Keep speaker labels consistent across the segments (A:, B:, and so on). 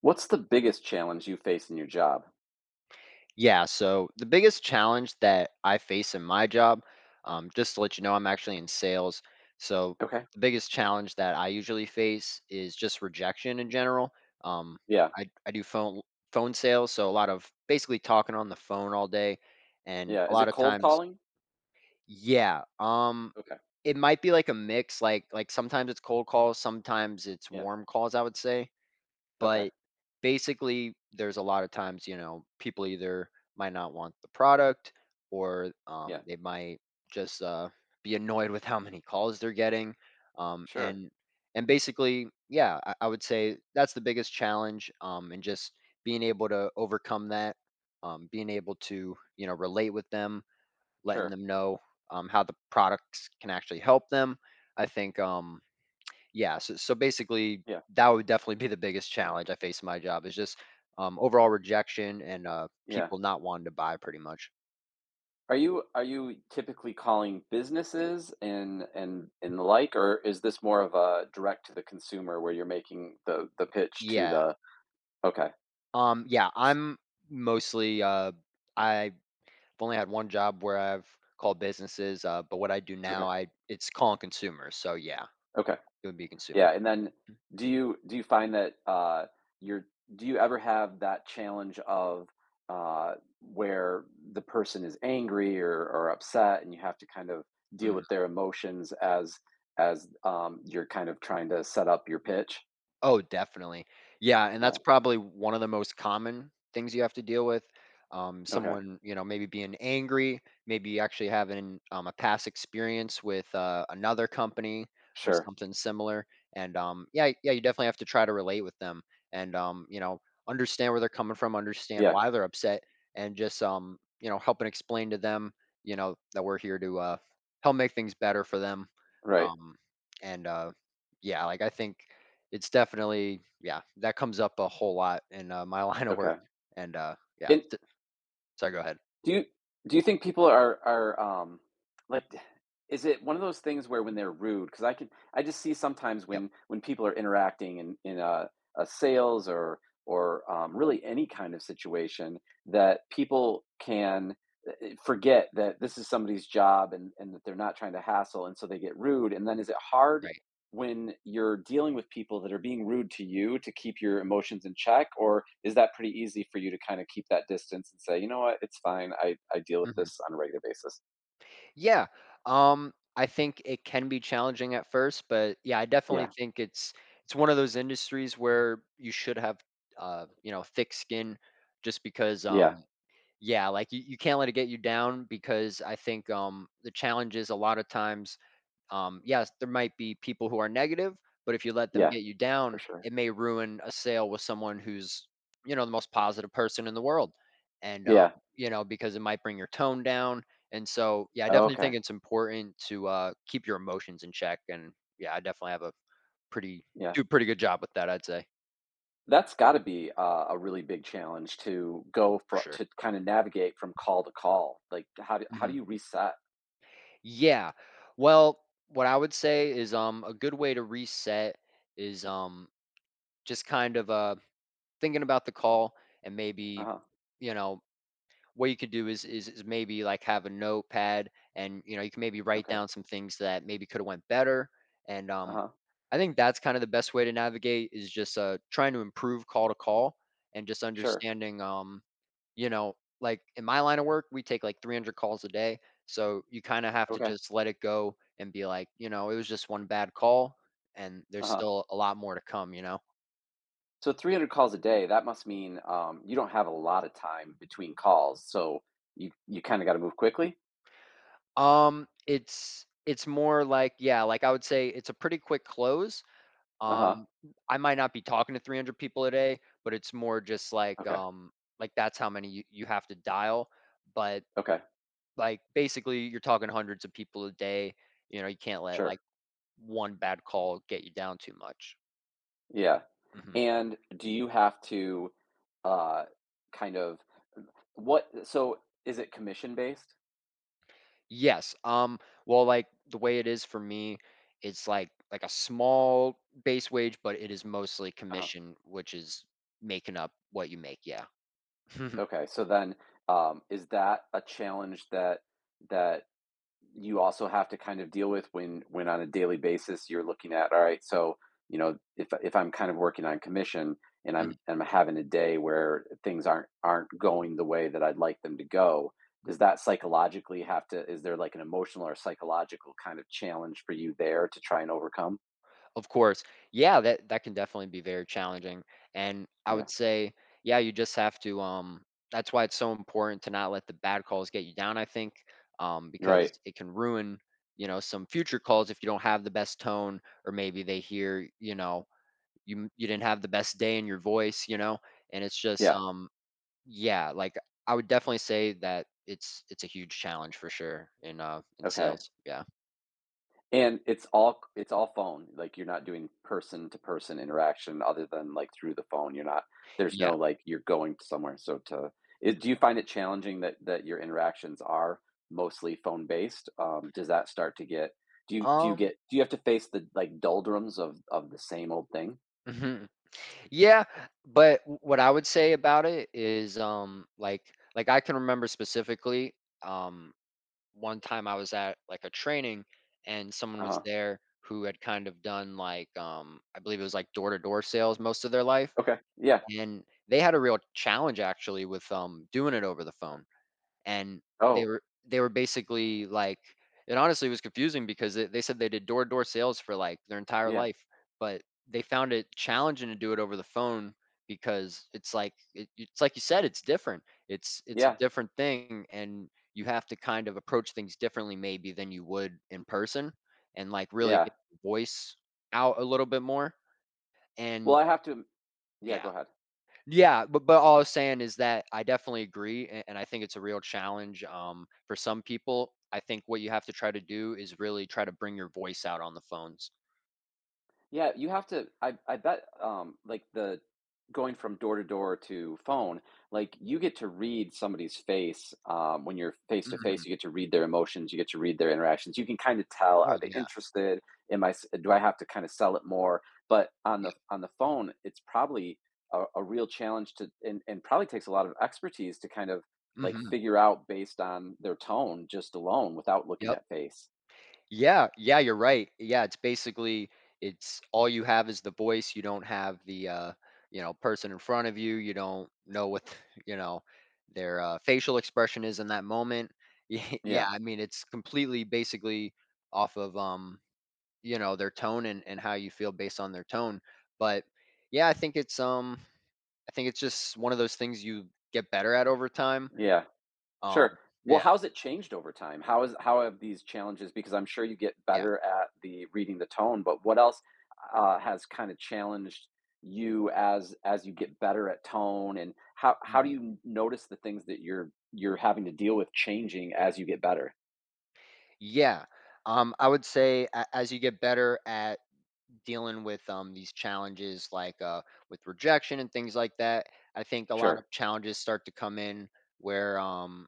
A: What's the biggest challenge you face in your job?
B: Yeah, so the biggest challenge that I face in my job, just to let you know, I'm actually in sales. So
A: Okay.
B: the biggest challenge that I usually face is just rejection in general. Um,
A: Yeah.
B: I do phone sales, so a lot of basically talking on the phone all day, and
A: Yeah.
B: a
A: Is
B: lot
A: it
B: of
A: cold
B: times,
A: calling?
B: yeah,
A: Okay.
B: it might be like a mix. Like sometimes it's cold calls, sometimes it's
A: Yeah.
B: warm calls. I would say,
A: Okay.
B: but basically, there's a lot of times, you know, people either might not want the product or
A: Yeah.
B: they might just be annoyed with how many calls they're getting. Um,
A: Sure.
B: and and basically, yeah, I would say that's the biggest challenge. And just being able to overcome that, being able to relate with them, letting
A: Sure.
B: them know how the products can actually help them. I think yeah, so basically,
A: Yeah.
B: that would definitely be the biggest challenge I face in my job is just overall rejection and
A: Yeah.
B: people not wanting to buy pretty much.
A: Are you typically calling businesses and the like, or is this more of a direct to the consumer where you're making the pitch to
B: Yeah.
A: the... Okay.
B: Yeah,
A: s-
B: I'm mostly, I've only had one job where I've called businesses, but what I do
A: Okay.
B: now, I it's calling consumers. So yeah,
A: Okay.
B: it would be consumers.
A: Yeah, and then do you find that, you're do you ever have that challenge of, uh, where the person is angry or upset and you have to kind of deal with their emotions as as, you're kind of trying to set up your pitch?
B: Oh, definitely. Yeah, and that's
A: Yeah.
B: probably one of the most common things you have to deal with.
A: Okay.
B: Someone, you know, maybe being angry, maybe actually having a past experience with another company or
A: Sure.
B: something similar. And yeah, you definitely have to try to relate with them and you know, understand where they're coming from, understand
A: Yeah.
B: why they're upset, and just you know, help and explain to them, you know, that we're here to help make things better for them.
A: Right.
B: Um, and Yeah, like I think it's definitely yeah, that comes up a whole lot in, my line of work,
A: Okay.
B: and, yeah,
A: And
B: t sorry, go ahead.
A: Do you do you think people are, like, is it one of those things where when they're rude? Because I just see sometimes
B: Yep,
A: when people are interacting in a sales or, really any kind of situation that people can forget that this is somebody's job, and that they're not trying to hassle, and so they get rude. And then is it hard
B: right.
A: when you're dealing with people that are being rude to you to keep your emotions in check, or is that pretty easy for you to kind of keep that distance and say, you know what, it's fine, I deal with
B: Mhm.
A: this on a regular basis.
B: Yeah, I think it can be challenging at first, but, yeah, I definitely
A: Yeah,
B: think it's one of those industries where you should have, you know, thick skin just because,
A: yeah,
B: yeah, like, you can't let it get you down because I think, the challenge is a lot of times yes, there might be people who are negative, but if you let them
A: yeah.
B: get you
A: For
B: down,
A: sure.
B: it may ruin a sale with someone who's, you know, the most positive person in the world. And,
A: Yeah.
B: you know, because it might bring your tone down. And so, yeah, I definitely
A: Okay.
B: think it's important to keep your emotions in check. And yeah, I definitely have a pretty,
A: Yeah.
B: do a pretty good job with that, I'd say,
A: That's got to be a really big challenge to go
B: for
A: for,
B: sure.
A: to kind of navigate from call to call. Like, how do, how
B: hmm
A: do you reset?
B: Yeah. Well, what I would say is a good way to reset is just kind of thinking about the call and maybe,
A: Uh-huh.
B: you know, what you could do is, is maybe like have a notepad, and you know you can maybe write
A: Okay.
B: down some things that maybe could have went better, and
A: Uh-huh.
B: I think that's kind of the best way to navigate is just trying to improve call to call and just
A: Sure.
B: understanding you know, like in my line of work we take like 300 calls a day, so you kind of have to
A: Okay.
B: just let it go and be like, you know, it was just one bad call and there's
A: Uh-huh.
B: still a lot more to come, you know.
A: So 300 calls a day, that must mean, you don't have a lot of time between calls. So you kind of got to move quickly.
B: It's more like yeah, like I would say it's a pretty quick close.
A: Uh-huh.
B: Um, I might not be talking to 300 people a day, but it's more just
A: Okay.
B: like that's how many you have to dial, but
A: Okay.
B: like basically you're talking hundreds of people a day. You know, you can't let like
A: Sure.
B: one bad call get you down too much.
A: Yeah.
B: Mhm.
A: And do you have to, uh kind of, what so is it commission based?
B: Yes. Well, like the way it is for me, it's like a small base wage, but it is mostly
A: Uh-huh.
B: commission, which is making up what you make. Yeah.
A: Okay. So then, is that a challenge that that you also have to kind of deal with when, on a daily basis, you're looking at, all right, so, you know, if I'm kind of working on commission, and i'm
B: Mhm.
A: i'm having a day where things aren't going the way that I'd like them to go, does that psychologically have to is there like an emotional or psychological kind of challenge for you there to try and overcome?
B: Of course. Yeah, that can definitely be very challenging. And I
A: Yeah.
B: would say, yeah, you just have to that's why it's so important to not let the bad calls get you down, I think, because
A: Right.
B: it can ruin, you know, some future calls if you don't have the best tone or maybe they hear, you know, you didn't have the best day in your voice, you know? And it's just,
A: Yeah.
B: yeah, like, I would definitely say that it's a huge challenge for sure in
A: Okay.
B: sales, yeah.
A: And it's all, phone. Like, you're not doing person-to-person interaction other than, like, through the phone. You're not... there's
B: Yeah,
A: no, like, you're going somewhere, so to... it Do you find it challenging that your interactions are mostly phone-based? Does that start to get do you
B: um
A: get do you have to face the, like, doldrums of the same old thing?
B: Mhm. Yeah, but w what I would say about it is, I can remember specifically, um, one time I was at, like, a training and someone was
A: Uh-huh.
B: there who had kind of done, like, I believe it was, like, door-to-door sales most of their life.
A: Okay. Yeah.
B: And they had a real challenge actually with, doing it over the phone, and
A: Oh,
B: they were basically like it honestly was confusing because they said they did door-to-door sales for, like, their entire
A: yeah.
B: life, but they found it challenging to do it over the phone because it's like it's like you said, it's different. It's a
A: Yeah,
B: different thing, and you have to kind of approach things differently maybe than you would in person and, like, really
A: yeah.
B: get your voice out a little bit more,
A: Well,
B: and
A: I have to yeah,
B: yeah.
A: go ahead.
B: Yeah, but all I was saying is that I definitely agree, and I think it's a real challenge for some people. I think what you have to try to do is really try to bring your voice out on the phones.
A: Yeah, you have to I bet, like, the going from door to door to phone, like, you get to read somebody's face, when you're face to
B: hmm
A: face. You get to read their emotions, you get to read their interactions. You can kinda tell,
B: Oh
A: are they
B: yeah,
A: interested? Am I s Do I have to kinda sell it more? But on
B: yeah.
A: the on the phone, it's probably a real challenge to and probably takes a lot of expertise to kind of, like,
B: hmm
A: figure out based on their tone just alone without looking
B: Yep.
A: at face.
B: Yeah, yeah. You're right. Yeah, it's basically it's all you have is the voice. You don't have the you know person in front of you. You don't know what you know their facial expression is in that moment. Yeah,
A: Yeah,
B: I mean it's completely basically off of you know, their tone and how you feel based on their tone. But yeah, I think it's just one of those things you get better at over time.
A: yeah. Sure.
B: Um
A: Well,
B: yeah,
A: how's it changed over time? How have these challenges, because I'm sure you get
B: yeah.
A: better at the reading the tone, but what else, has kinda challenged you as you get better at tone, and how do
B: Mhm.
A: you notice the things that you're having to deal with changing as you get better?
B: Yeah. I would say as you get better at dealing with these challenges like with rejection and things like that, I think a lot of
A: Sure.
B: challenges start to come in where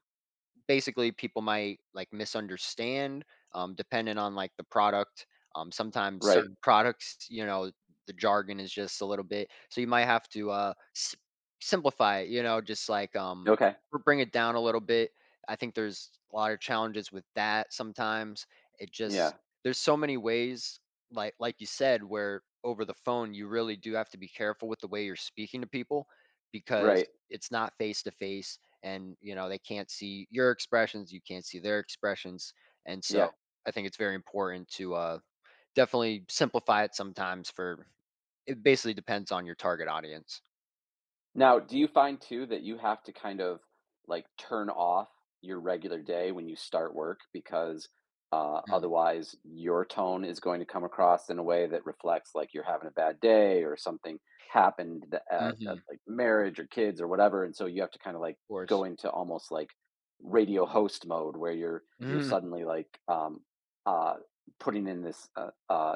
B: basically people might like misunderstand, depending on like the product, sometimes
A: Right.
B: certain products, you know, the jargon is just a little bit so you might have to simplify it, you know, just like
A: Okay.
B: bring it down a little bit. I think there's a lot of challenges with that sometimes. It just
A: Yeah.
B: there's so many ways like you said, where over the phone you really do have to be careful with the way you're speaking to people because
A: Right.
B: it's not face to face, and you know they can't see your expressions, you can't see their expressions, and so
A: Yeah.
B: I think it's very important to definitely simplify it sometimes. For it basically depends on your target audience.
A: Now, do you find too that you have to kind of, like, turn off your regular day when you start work, because,
B: Mm,
A: otherwise your tone is going to come across in a way that reflects like you're having a bad day or something happened that, at,
B: mhm,
A: like, marriage or kids or whatever, and so you have to kind of, like,
B: of course.
A: go into almost, like, radio host mode where you're
B: Mhm.
A: suddenly, like, uh, putting in this uh, uh,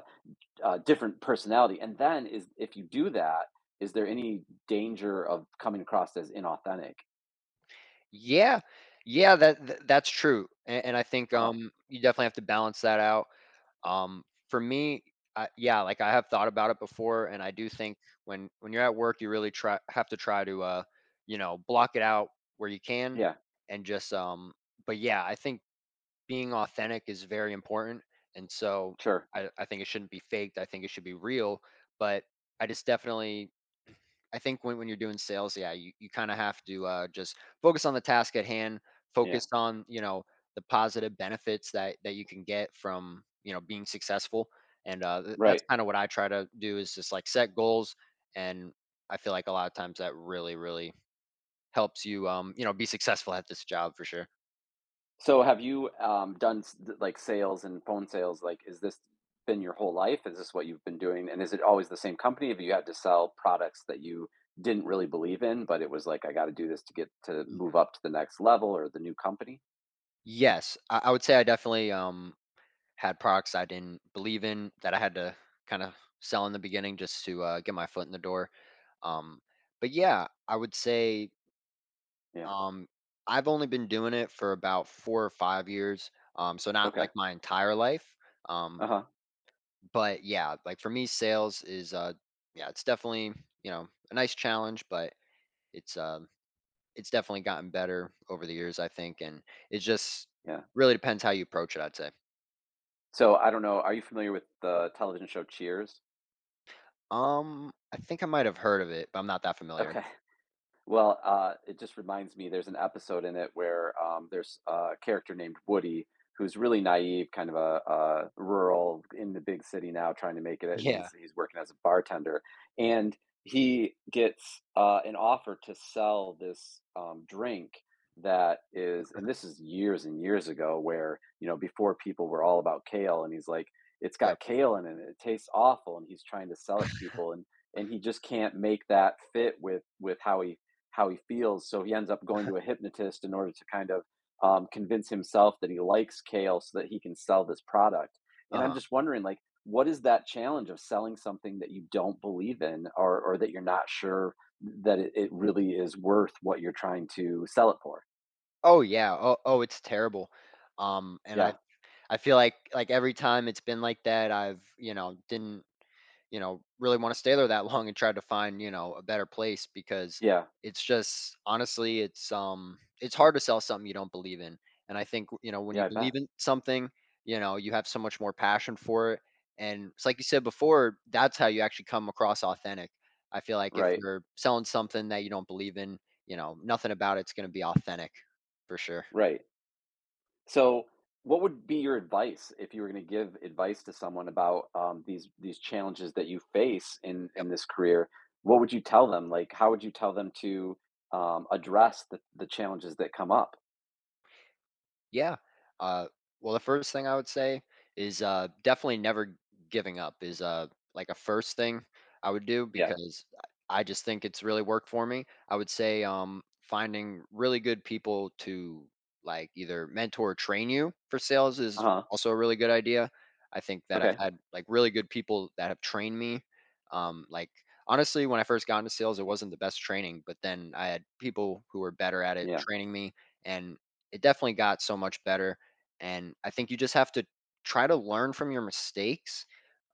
A: uh, different personality. And then is if you do that, is there any danger of coming across as inauthentic?
B: yeah, that that's true, and I think
A: Uh-huh.
B: you definitely have to balance that out. Um, for me, yeah, like I have thought about it before, and I do think when you're at work, you really try have to try to you know, block it out where you can,
A: Yeah,
B: and just. But yeah, I think being authentic is very important, and so
A: sure.
B: I think it shouldn't be faked. I think it should be real, but I just definitely I think when you're doing sales, yeah, you kinda have to, just focus on the task at hand,
A: Yeah,
B: focus on, you know, the positive benefits that you can get from, you know, being successful, and, th that's
A: right.
B: kinda what I try to do is just, like, set goals, and I feel like a lot of times that really, really helps you, you know, be successful at this job for sure.
A: So have you, done like, sales and phone sales? Like, is this been your whole life? Is this what you've been doing? And is it always the same company? Have you had to sell products that you didn't really believe in, but it was like, I got to do this to get to move up to the next level or the new company?
B: Yes, I would say I definitely, had products I didn't believe in that I had to kinda sell in the beginning just to, get my foot in the door. Um, but yeah, I would say
A: Yeah.
B: um, I've only been doing it for about 4 or 5 years. So not
A: Okay.
B: like my entire life. Um,
A: Uh huh.
B: but yeah, like for me, sales is yeah, it's definitely you know a nice challenge, but it's um, it's definitely gotten better over the years, I think, and it just
A: Yeah.
B: really depends how you approach it. I'd say.
A: So, I don't know, are you familiar with the television show Cheers?
B: I think I might have heard of it, but I'm not that familiar.
A: Okay. Well, it just reminds me, there's an episode in it where, there's a character named Woody who's really naive, kind of a, rural in the big city now trying to make it, and
B: Yeah.
A: he's working as a bartender, and he gets, an offer to sell this, drink that is and this is years and years ago, where, you know, before people were all about kale, and he's like, "It's
B: Yep.
A: got kale in it, it tastes awful," and he's trying to sell it to people, and he just can't make that fit with how he feels. So he ends up going to a hypnotist in order to kind of, convince himself that he likes kale so that he can sell this product.
B: Uh
A: And I'm
B: huh.
A: just wondering, like, what is that challenge of selling something that you don't believe in, or that you're not sure that it really is worth what you're trying to sell it for?
B: Oh yeah. Oh, it's terrible. And I.
A: Yeah.
B: I feel like every time it's been like that, I've, you know, didn't, you know, really want to stay there that long and tried to find, you know, a better place because
A: Yeah.
B: it's just honestly, it's hard to sell something you don't believe in. And I think, you know, when you
A: Yeah, I
B: believe
A: bet.
B: in something, you know, you have so much more passion for it. And it's like you said before, that's how you actually come across authentic. I feel like if
A: Right.
B: you're selling something that you don't believe in, you know, nothing about it's going to be authentic for sure.
A: Right. So, what would be your advice if you were going to give advice to someone about, these challenges that you face in
B: Yep.
A: in this career? What would you tell them? Like, how would you tell them to, address the challenges that come up?
B: Yeah. Uh, well, the first thing I would say is definitely never giving up is like a first thing I would do
A: Yeah.
B: because I just think it's really worked for me. I would say finding really good people to like either mentor or train you for sales
A: Uh
B: is
A: huh.
B: also a really good idea. I think that I've
A: Okay.
B: had like really good people that have trained me. Um, like Honestly, when I first got into sales, it wasn't the best training, but then I had people who were better at it
A: Yeah.
B: training me, and it definitely got so much better, and I think you just have to try to learn from your mistakes,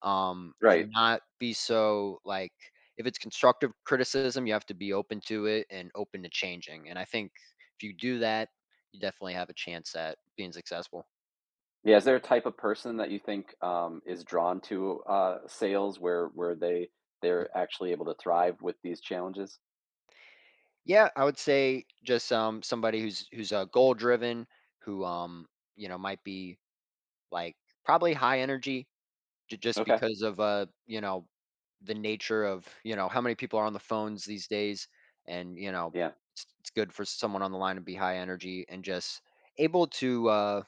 B: and
A: Right.
B: not be so, like if it's constructive criticism, you have to be open to it and open to changing, and I think if you do that, you definitely have a chance at being successful.
A: Yeah. Is there a type of person that you think, is drawn to, sales, where
B: Mhm.
A: they're actually able to thrive with these challenges?
B: Yeah, I would say just, somebody who's, goal driven, who, you know, might be, like, probably high energy. J Just
A: Okay.
B: because of, you know, the nature of, you know, how many people are on the phones these days and, you know,
A: Yeah.
B: it's good for someone on the line to be high energy and just able to,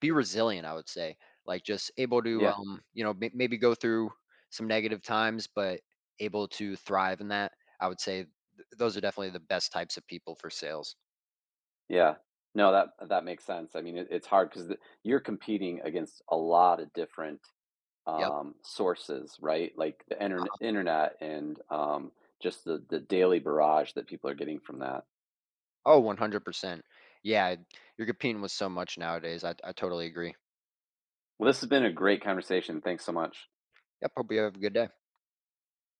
B: be resilient, I would say. Like, just able to,
A: Yeah.
B: you know, maybe go through some negative times, but able to thrive in that. I would say th those are definitely the best types of people for sales.
A: Yeah. No, that makes sense. I mean, it's hard because you're competing against a lot of different,
B: Yep.
A: sources, right? Like the internet, and, just the daily barrage that people are getting from that.
B: Oh, 100%. Yeah, you're competing with so much nowadays. I totally agree.
A: Well, this has been a great conversation. Thanks so much.
B: Yep, hope you have a good day.